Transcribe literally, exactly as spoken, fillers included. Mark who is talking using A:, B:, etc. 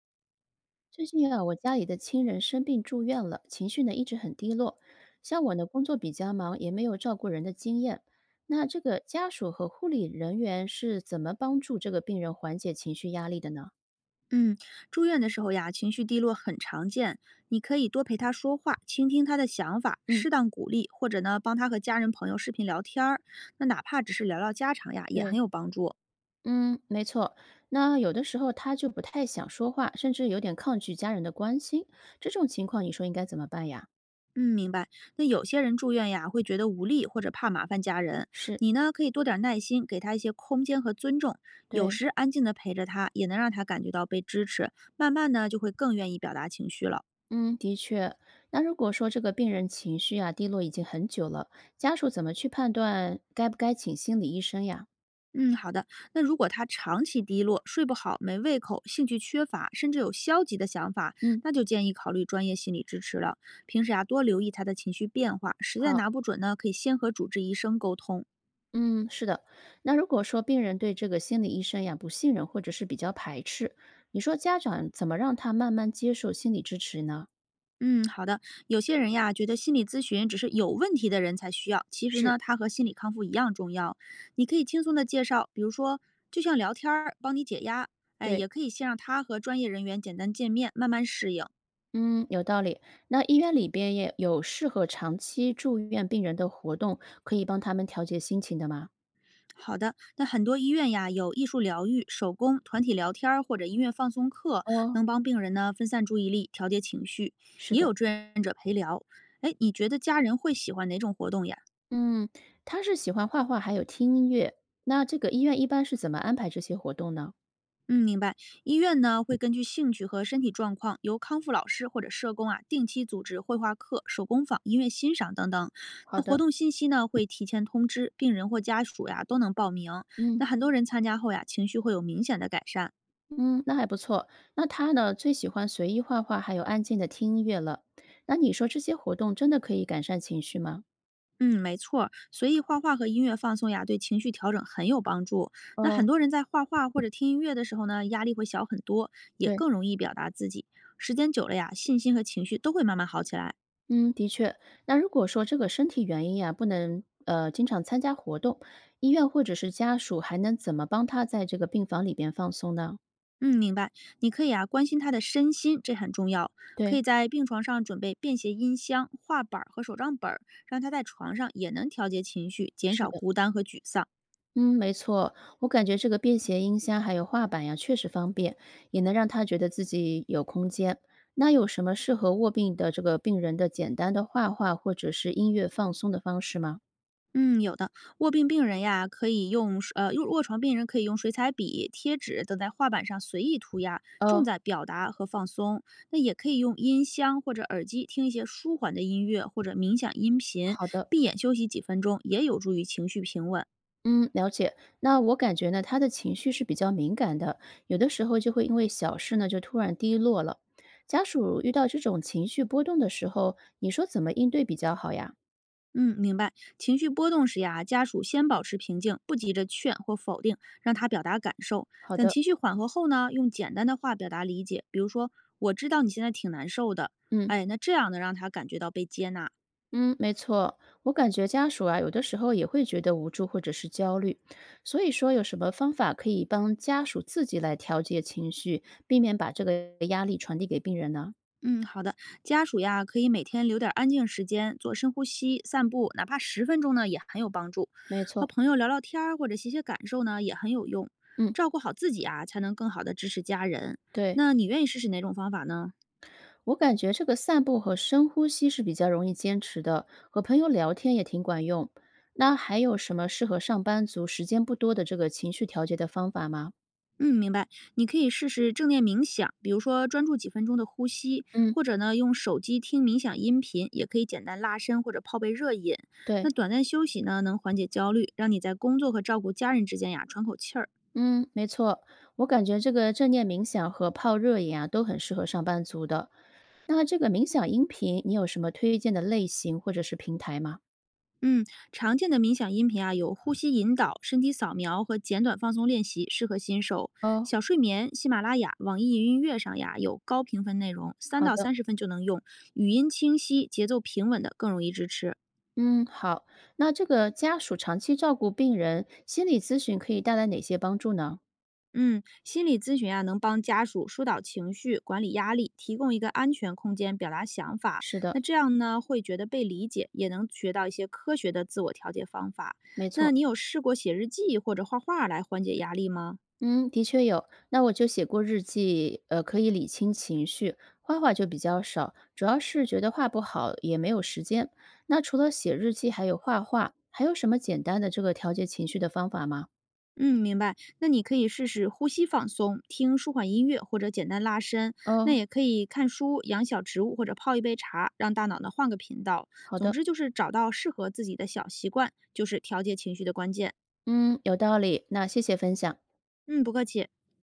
A: 最近啊，我家里的亲人生病住院了，情绪呢一直很低落。像我呢，工作比较忙，也没有照顾人的经验。那这个家属和护理人员是怎么帮助这个病人缓解情绪压力的呢？
B: 嗯，住院的时候呀，情绪低落很常见，你可以多陪他说话，倾听他的想法，
A: 嗯，
B: 适当鼓励，或者呢，帮他和家人朋友视频聊天儿。那哪怕只是聊聊家常呀，也
A: 对，
B: 很有帮助。
A: 嗯，没错。那有的时候他就不太想说话，甚至有点抗拒家人的关心，这种情况你说应该怎么办呀？
B: 嗯，明白。那有些人住院呀，会觉得无力或者怕麻烦家人，
A: 是，
B: 你呢可以多点儿耐心，给他一些空间和尊重。有
A: 对。
B: 时安静的陪着他，也能让他感觉到被支持，慢慢呢就会更愿意表达情绪了。
A: 嗯，的确。那如果说这个病人情绪啊低落已经很久了，家属怎么去判断该不该请心理医生呀？
B: 嗯，好的。那如果他长期低落、睡不好、没胃口、兴趣缺乏，甚至有消极的想法，
A: 嗯，
B: 那就建议考虑专业心理支持了。平时啊，多留意他的情绪变化，实在
A: 好，
B: 拿不准呢，可以先和主治医生沟通。
A: 嗯，是的。那如果说病人对这个心理医生呀不信任或者是比较排斥，你说家长怎么让他慢慢接受心理支持呢？
B: 嗯，好的。有些人呀，觉得心理咨询只是有问题的人才需要，其实
A: 是，
B: 呢，它和心理康复一样重要。你可以轻松的介绍，比如说，就像聊天儿，帮你解压。哎，
A: 对，
B: 也可以先让他和专业人员简单见面，慢慢适应。
A: 嗯，有道理。那医院里边也有适合长期住院病人的活动，可以帮他们调节心情的吗？
B: 好的，那很多医院呀有艺术疗愈、手工、团体聊天儿或者音乐放松课，
A: 哦，
B: 能帮病人呢分散注意力、调节情绪，
A: 是
B: 也
A: 的。
B: 有志愿者陪聊。哎，你觉得家人会喜欢哪种活动呀？
A: 嗯，他是喜欢画画，还有听音乐。那这个医院一般是怎么安排这些活动呢？
B: 嗯，明白。医院呢会根据兴趣和身体状况，由康复老师或者社工啊定期组织绘画课、手工坊、音乐欣赏等等。
A: 好
B: 那活
A: 的，
B: 动信息呢会提前通知病人或家属呀，都能报名。
A: 嗯
B: 那很多人参加后呀，情绪会有明显的改善。
A: 嗯，那还不错。那他呢，最喜欢随意画画，还有安静的听音乐了。那你说这些活动真的可以改善情绪吗？
B: 嗯，没错儿，所以画画和音乐放松呀，对情绪调整很有帮助。那很
A: 哦，
B: 多人在画画或者听音乐的时候呢，压力会小很多，也
A: 对，
B: 更容易表达自己。时间久了呀，信心和情绪都会慢慢好起来。
A: 嗯，的确。那如果说这个身体原因呀，不能呃经常参加活动，医院或者是家属还能怎么帮他在这个病房里边放松呢？
B: 嗯，明白。你可以啊，关心他的身心，这很重要。可
A: 对，
B: 以在病床上准备便携音箱、画板儿和手账本儿，让他在床上也能调节情绪，减
A: 是
B: 少
A: 的。
B: 孤单和沮丧。
A: 嗯，没错，我感觉这个便携音箱还有画板呀，确实方便，也能让他觉得自己有空间。那有什么适合卧病的这个病人的简单的画画或者是音乐放松的方式吗？
B: 嗯，有的。卧病病人呀，可以用呃，用卧床病人可以用水彩笔、贴纸等在画板上随意涂鸦，重
A: 哦，
B: 在表达和放松。那也可以用音箱或者耳机听一些舒缓的音乐，或者冥想音频，
A: 好的，
B: 闭眼休息几分钟，也有助于情绪平稳。
A: 嗯，了解。那我感觉呢，他的情绪是比较敏感的，有的时候就会因为小事呢就突然低落了。家属遇到这种情绪波动的时候，你说怎么应对比较好呀？
B: 嗯，明白。情绪波动时呀，家属先保持平静，不急着劝或否定，让他表达感受。
A: 好
B: 等
A: 的，
B: 情绪缓和后呢，用简单的话表达理解，比如说“我知道你现在挺难受的”，
A: 嗯。
B: 哎，那这样能让他感觉到被接纳。
A: 嗯，没错，我感觉家属啊，有的时候也会觉得无助或者是焦虑，所以说有什么方法可以帮家属自己来调节情绪，避免把这个压力传递给病人呢？
B: 嗯，好的。家属呀，可以每天留点儿安静时间，做深呼吸、散步，哪怕十分钟呢，也很有帮助。
A: 没
B: 和
A: 错，
B: 朋友聊聊天儿或者写写感受呢，也很有用。
A: 嗯，
B: 照顾好自己啊，才能更好的支持家人。
A: 对，
B: 那你愿意试试哪种方法呢？
A: 我感觉这个散步和深呼吸是比较容易坚持的，和朋友聊天也挺管用。那还有什么适合上班族时间不多的这个情绪调节的方法吗？
B: 嗯，明白。你可以试试正念冥想，比如说专注几分钟的呼吸，
A: 嗯，
B: 或者呢用手机听冥想音频，也可以简单拉伸或者泡杯热饮。那
A: 对。
B: 短暂休息呢，能缓解焦虑，让你在工作和照顾家人之间呀喘口气儿。
A: 嗯，没错，我感觉这个正念冥想和泡热饮啊，都很适合上班族的。那这个冥想音频，你有什么推荐的类型或者是平台吗？
B: 嗯，常见的冥想音频啊有呼吸引导、身体扫描和简短放松练习，适合新手。
A: 哦，
B: 小睡眠、喜马拉雅、网易云音乐上呀有高评分内容，三
A: 好
B: 到
A: 的，
B: 三十分就能用，语音清晰、节奏平稳的更容易支持。
A: 嗯，好。那这个家属长期照顾病人，心理咨询可以带来哪些帮助呢？
B: 嗯，心理咨询啊，能帮家属疏导情绪、管理压力，提供一个安全空间表达想法。
A: 是
B: 那
A: 的，
B: 这样呢，会觉得被理解，也能学到一些科学的自我调节方法。
A: 没
B: 那
A: 错。
B: 你有试过写日记或者画画来缓解压力吗？
A: 嗯，的确有。那我就写过日记，呃，可以理清情绪。画画就比较少，主要是觉得画不好，也没有时间。那除了写日记，还有画画，还有什么简单的这个调节情绪的方法吗？
B: 嗯，明白。那你可以试试呼吸放松，听舒缓音乐或者简单拉伸。那
A: 哦，
B: 也可以看书、养小植物或者泡一杯茶，让大脑呢换个频道。
A: 好
B: 总
A: 的，
B: 之就是找到适合自己的小习惯，就是调节情绪的关键。
A: 嗯，有道理。那谢谢分享。
B: 嗯，不客气。